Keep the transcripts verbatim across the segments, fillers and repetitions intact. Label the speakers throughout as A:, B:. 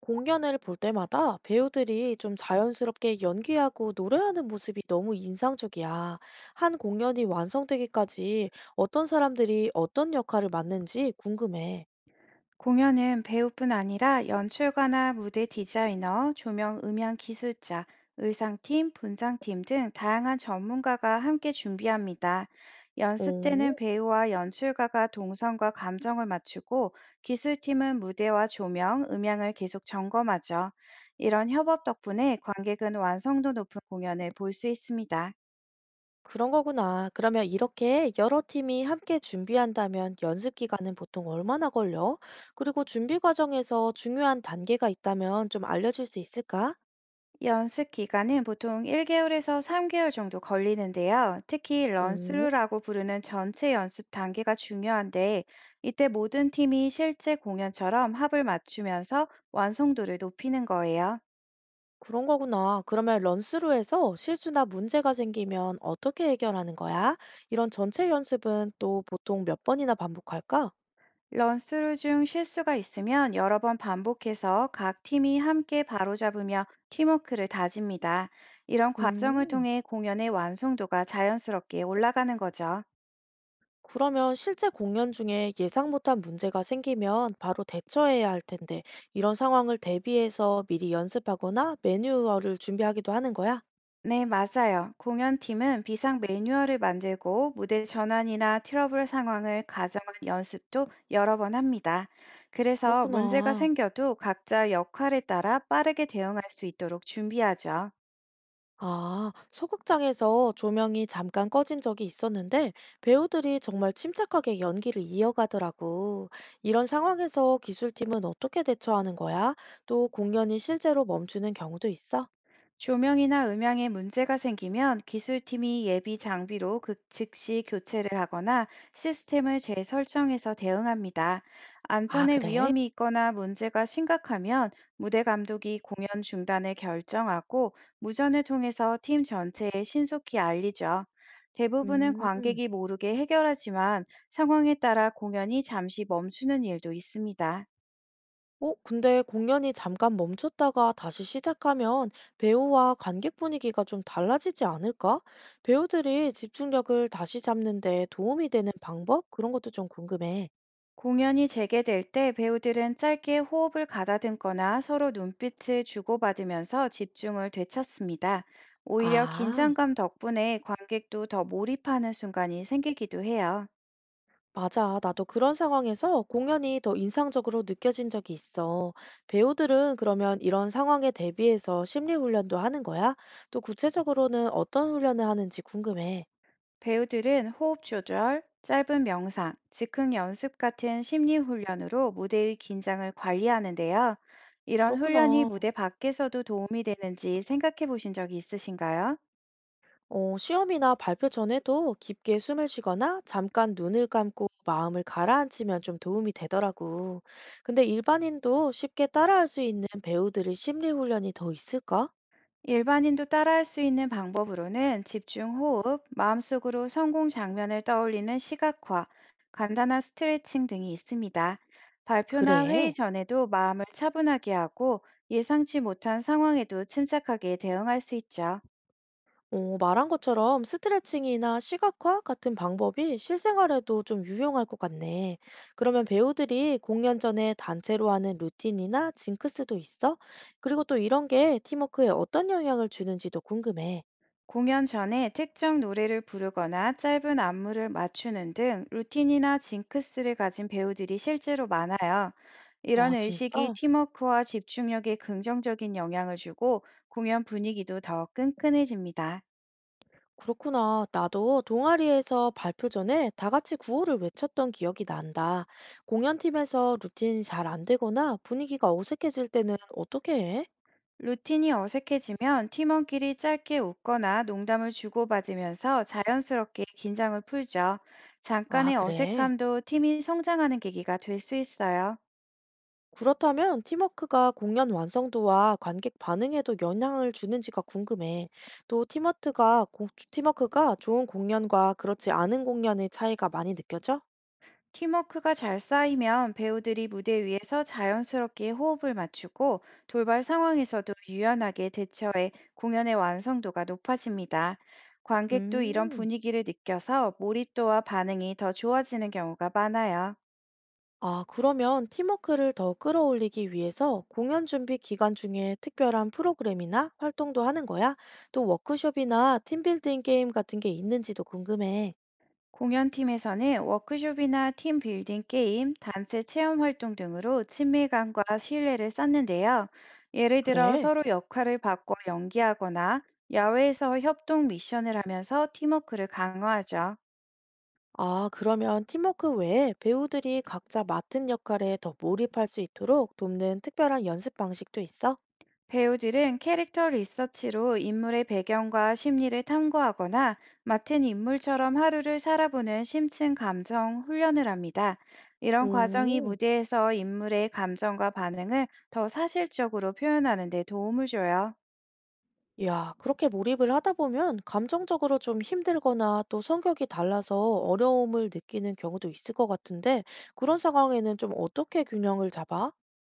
A: 공연을 볼 때마다 배우들이 좀 자연스럽게 연기하고 노래하는 모습이 너무 인상적이야. 한 공연이 완성되기까지 어떤 사람들이 어떤 역할을 맡는지 궁금해.
B: 공연은 배우뿐 아니라 연출가나 무대 디자이너, 조명, 음향 기술자, 의상팀, 분장팀 등 다양한 전문가가 함께 준비합니다. 연습 때는
A: 오,
B: 배우와 연출가가 동선과 감정을 맞추고 기술팀은 무대와 조명, 음향을 계속 점검하죠. 이런 협업 덕분에 관객은 완성도 높은 공연을 볼 수 있습니다.
A: 그런 거구나. 그러면 이렇게 여러 팀이 함께 준비한다면 연습 기간은 보통 얼마나 걸려? 그리고 준비 과정에서 중요한 단계가 있다면 좀 알려줄 수 있을까?
B: 연습 기간은 보통 일 개월에서 삼 개월 정도 걸리는데요. 특히
A: 음.
B: 런스루라고 부르는 전체 연습 단계가 중요한데, 이때 모든 팀이 실제 공연처럼 합을 맞추면서 완성도를 높이는 거예요.
A: 그런 거구나. 그러면 런스루에서 실수나 문제가 생기면 어떻게 해결하는 거야? 이런 전체 연습은 또 보통 몇 번이나 반복할까?
B: 런스루 중 실수가 있으면 여러 번 반복해서 각 팀이 함께 바로잡으며 팀워크를 다집니다. 이런 과정을
A: 음,
B: 통해 공연의 완성도가 자연스럽게 올라가는 거죠.
A: 그러면 실제 공연 중에 예상 못한 문제가 생기면 바로 대처해야 할 텐데, 이런 상황을 대비해서 미리 연습하거나 매뉴얼을 준비하기도 하는 거야?
B: 네, 맞아요. 공연팀은 비상 매뉴얼을 만들고 무대 전환이나 트러블 상황을 가정한 연습도 여러 번 합니다. 그래서 문제가
A: 그렇구나.
B: 생겨도 각자 역할에 따라 빠르게 대응할 수 있도록 준비하죠.
A: 아, 소극장에서 조명이 잠깐 꺼진 적이 있었는데 배우들이 정말 침착하게 연기를 이어가더라고. 이런 상황에서 기술팀은 어떻게 대처하는 거야? 또 공연이 실제로 멈추는 경우도 있어?
B: 조명이나 음향에 문제가 생기면 기술팀이 예비 장비로 그- 즉시 교체를 하거나 시스템을 재설정해서 대응합니다.
A: 아,
B: 안전에
A: 그래?
B: 위험이 있거나 문제가 심각하면 무대 감독이 공연 중단을 결정하고 무전을 통해서 팀 전체에 신속히 알리죠. 대부분은
A: 음.
B: 관객이 모르게 해결하지만 상황에 따라 공연이 잠시 멈추는 일도 있습니다.
A: 어, 근데 공연이 잠깐 멈췄다가 다시 시작하면 배우와 관객 분위기가 좀 달라지지 않을까? 배우들이 집중력을 다시 잡는 데 도움이 되는 방법? 그런 것도 좀 궁금해.
B: 공연이 재개될 때 배우들은 짧게 호흡을 가다듬거나 서로 눈빛을 주고받으면서 집중을 되찾습니다. 오히려
A: 아.
B: 긴장감 덕분에 관객도 더 몰입하는 순간이 생기기도 해요.
A: 맞아. 나도 그런 상황에서 공연이 더 인상적으로 느껴진 적이 있어. 배우들은 그러면 이런 상황에 대비해서 심리 훈련도 하는 거야? 또 구체적으로는 어떤 훈련을 하는지 궁금해.
B: 배우들은 호흡 조절, 짧은 명상, 즉흥 연습 같은 심리 훈련으로 무대의 긴장을 관리하는데요. 이런 훈련이
A: 그렇구나.
B: 무대 밖에서도 도움이 되는지 생각해 보신 적이 있으신가요?
A: 어, 시험이나 발표 전에도 깊게 숨을 쉬거나 잠깐 눈을 감고 마음을 가라앉히면 좀 도움이 되더라고. 근데 일반인도 쉽게 따라할 수 있는 배우들의 심리 훈련이 더 있을까?
B: 일반인도 따라할 수 있는 방법으로는 집중 호흡, 마음속으로 성공 장면을 떠올리는 시각화, 간단한 스트레칭 등이 있습니다. 발표나
A: 그래.
B: 회의 전에도 마음을 차분하게 하고 예상치 못한 상황에도 침착하게 대응할 수 있죠.
A: 어, 말한 것처럼 스트레칭이나 시각화 같은 방법이 실생활에도 좀 유용할 것 같네. 그러면 배우들이 공연 전에 단체로 하는 루틴이나 징크스도 있어? 그리고 또 이런 게 팀워크에 어떤 영향을 주는지도 궁금해.
B: 공연 전에 특정 노래를 부르거나 짧은 안무를 맞추는 등 루틴이나 징크스를 가진 배우들이 실제로 많아요.
A: 아,
B: 이런 의식이
A: 진짜?
B: 팀워크와 집중력에 긍정적인 영향을 주고 공연 분위기도 더 끈끈해집니다.
A: 그렇구나. 나도 동아리에서 발표 전에 다 같이 구호를 외쳤던 기억이 난다. 공연팀에서 루틴이 잘 안 되거나 분위기가 어색해질 때는 어떻게 해?
B: 루틴이 어색해지면 팀원끼리 짧게 웃거나 농담을 주고받으면서 자연스럽게 긴장을 풀죠.
A: 아,
B: 잠깐의
A: 그래.
B: 어색함도 팀이 성장하는 계기가 될 수 있어요.
A: 그렇다면 팀워크가 공연 완성도와 관객 반응에도 영향을 주는지가 궁금해. 또 팀워크가, 공- 팀워크가 좋은 공연과 그렇지 않은 공연의 차이가 많이 느껴져?
B: 팀워크가 잘 쌓이면 배우들이 무대 위에서 자연스럽게 호흡을 맞추고 돌발 상황에서도 유연하게 대처해 공연의 완성도가 높아집니다. 관객도 이런
A: 음.
B: 분위기를 느껴서 몰입도와 반응이 더 좋아지는 경우가 많아요.
A: 아, 그러면 팀워크를 더 끌어올리기 위해서 공연 준비 기간 중에 특별한 프로그램이나 활동도 하는 거야? 또 워크숍이나 팀빌딩 게임 같은 게 있는지도 궁금해.
B: 공연팀에서는 워크숍이나 팀 빌딩 게임, 단체 체험 활동 등으로 친밀감과 신뢰를 쌓는데요. 예를 들어
A: 그래.
B: 서로 역할을 바꿔 연기하거나 야외에서 협동 미션을 하면서 팀워크를 강화하죠.
A: 아, 그러면 팀워크 외에 배우들이 각자 맡은 역할에 더 몰입할 수 있도록 돕는 특별한 연습 방식도 있어?
B: 배우들은 캐릭터 리서치로 인물의 배경과 심리를 탐구하거나 맡은 인물처럼 하루를 살아보는 심층 감정 훈련을 합니다. 이런 과정이
A: 오,
B: 무대에서 인물의 감정과 반응을 더 사실적으로 표현하는 데 도움을 줘요.
A: 야, 그렇게 몰입을 하다 보면 감정적으로 좀 힘들거나 또 성격이 달라서 어려움을 느끼는 경우도 있을 것 같은데, 그런 상황에는 좀 어떻게 균형을 잡아?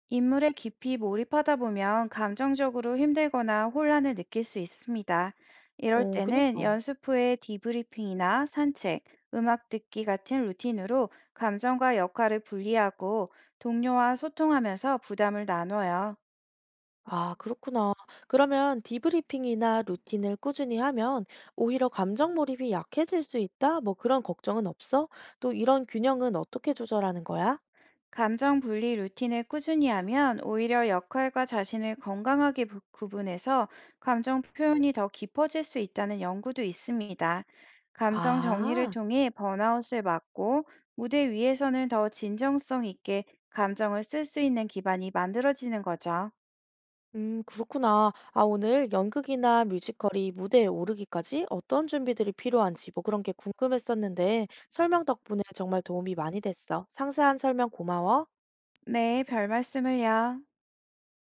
B: 인물에 깊이 몰입하다 보면 감정적으로 힘들거나 혼란을 느낄 수 있습니다. 이럴
A: 어,
B: 때는
A: 그니까.
B: 연습 후에 디브리핑이나 산책, 음악 듣기 같은 루틴으로 감정과 역할을 분리하고 동료와 소통하면서 부담을 나눠요.
A: 아, 그렇구나. 그러면 디브리핑이나 루틴을 꾸준히 하면 오히려 감정 몰입이 약해질 수 있다? 뭐 그런 걱정은 없어? 또 이런 균형은 어떻게 조절하는 거야?
B: 감정 분리 루틴을 꾸준히 하면 오히려 역할과 자신을 건강하게 부- 구분해서 감정 표현이 더 깊어질 수 있다는 연구도 있습니다. 감정 정리를
A: 아,
B: 통해 번아웃을 막고 무대 위에서는 더 진정성 있게 감정을 쓸 수 있는 기반이 만들어지는 거죠.
A: 음, 그렇구나. 아, 오늘 연극이나 뮤지컬이 무대에 오르기까지 어떤 준비들이 필요한지 뭐 그런 게 궁금했었는데 설명 덕분에 정말 도움이 많이 됐어. 상세한 설명 고마워.
B: 네, 별 말씀을요.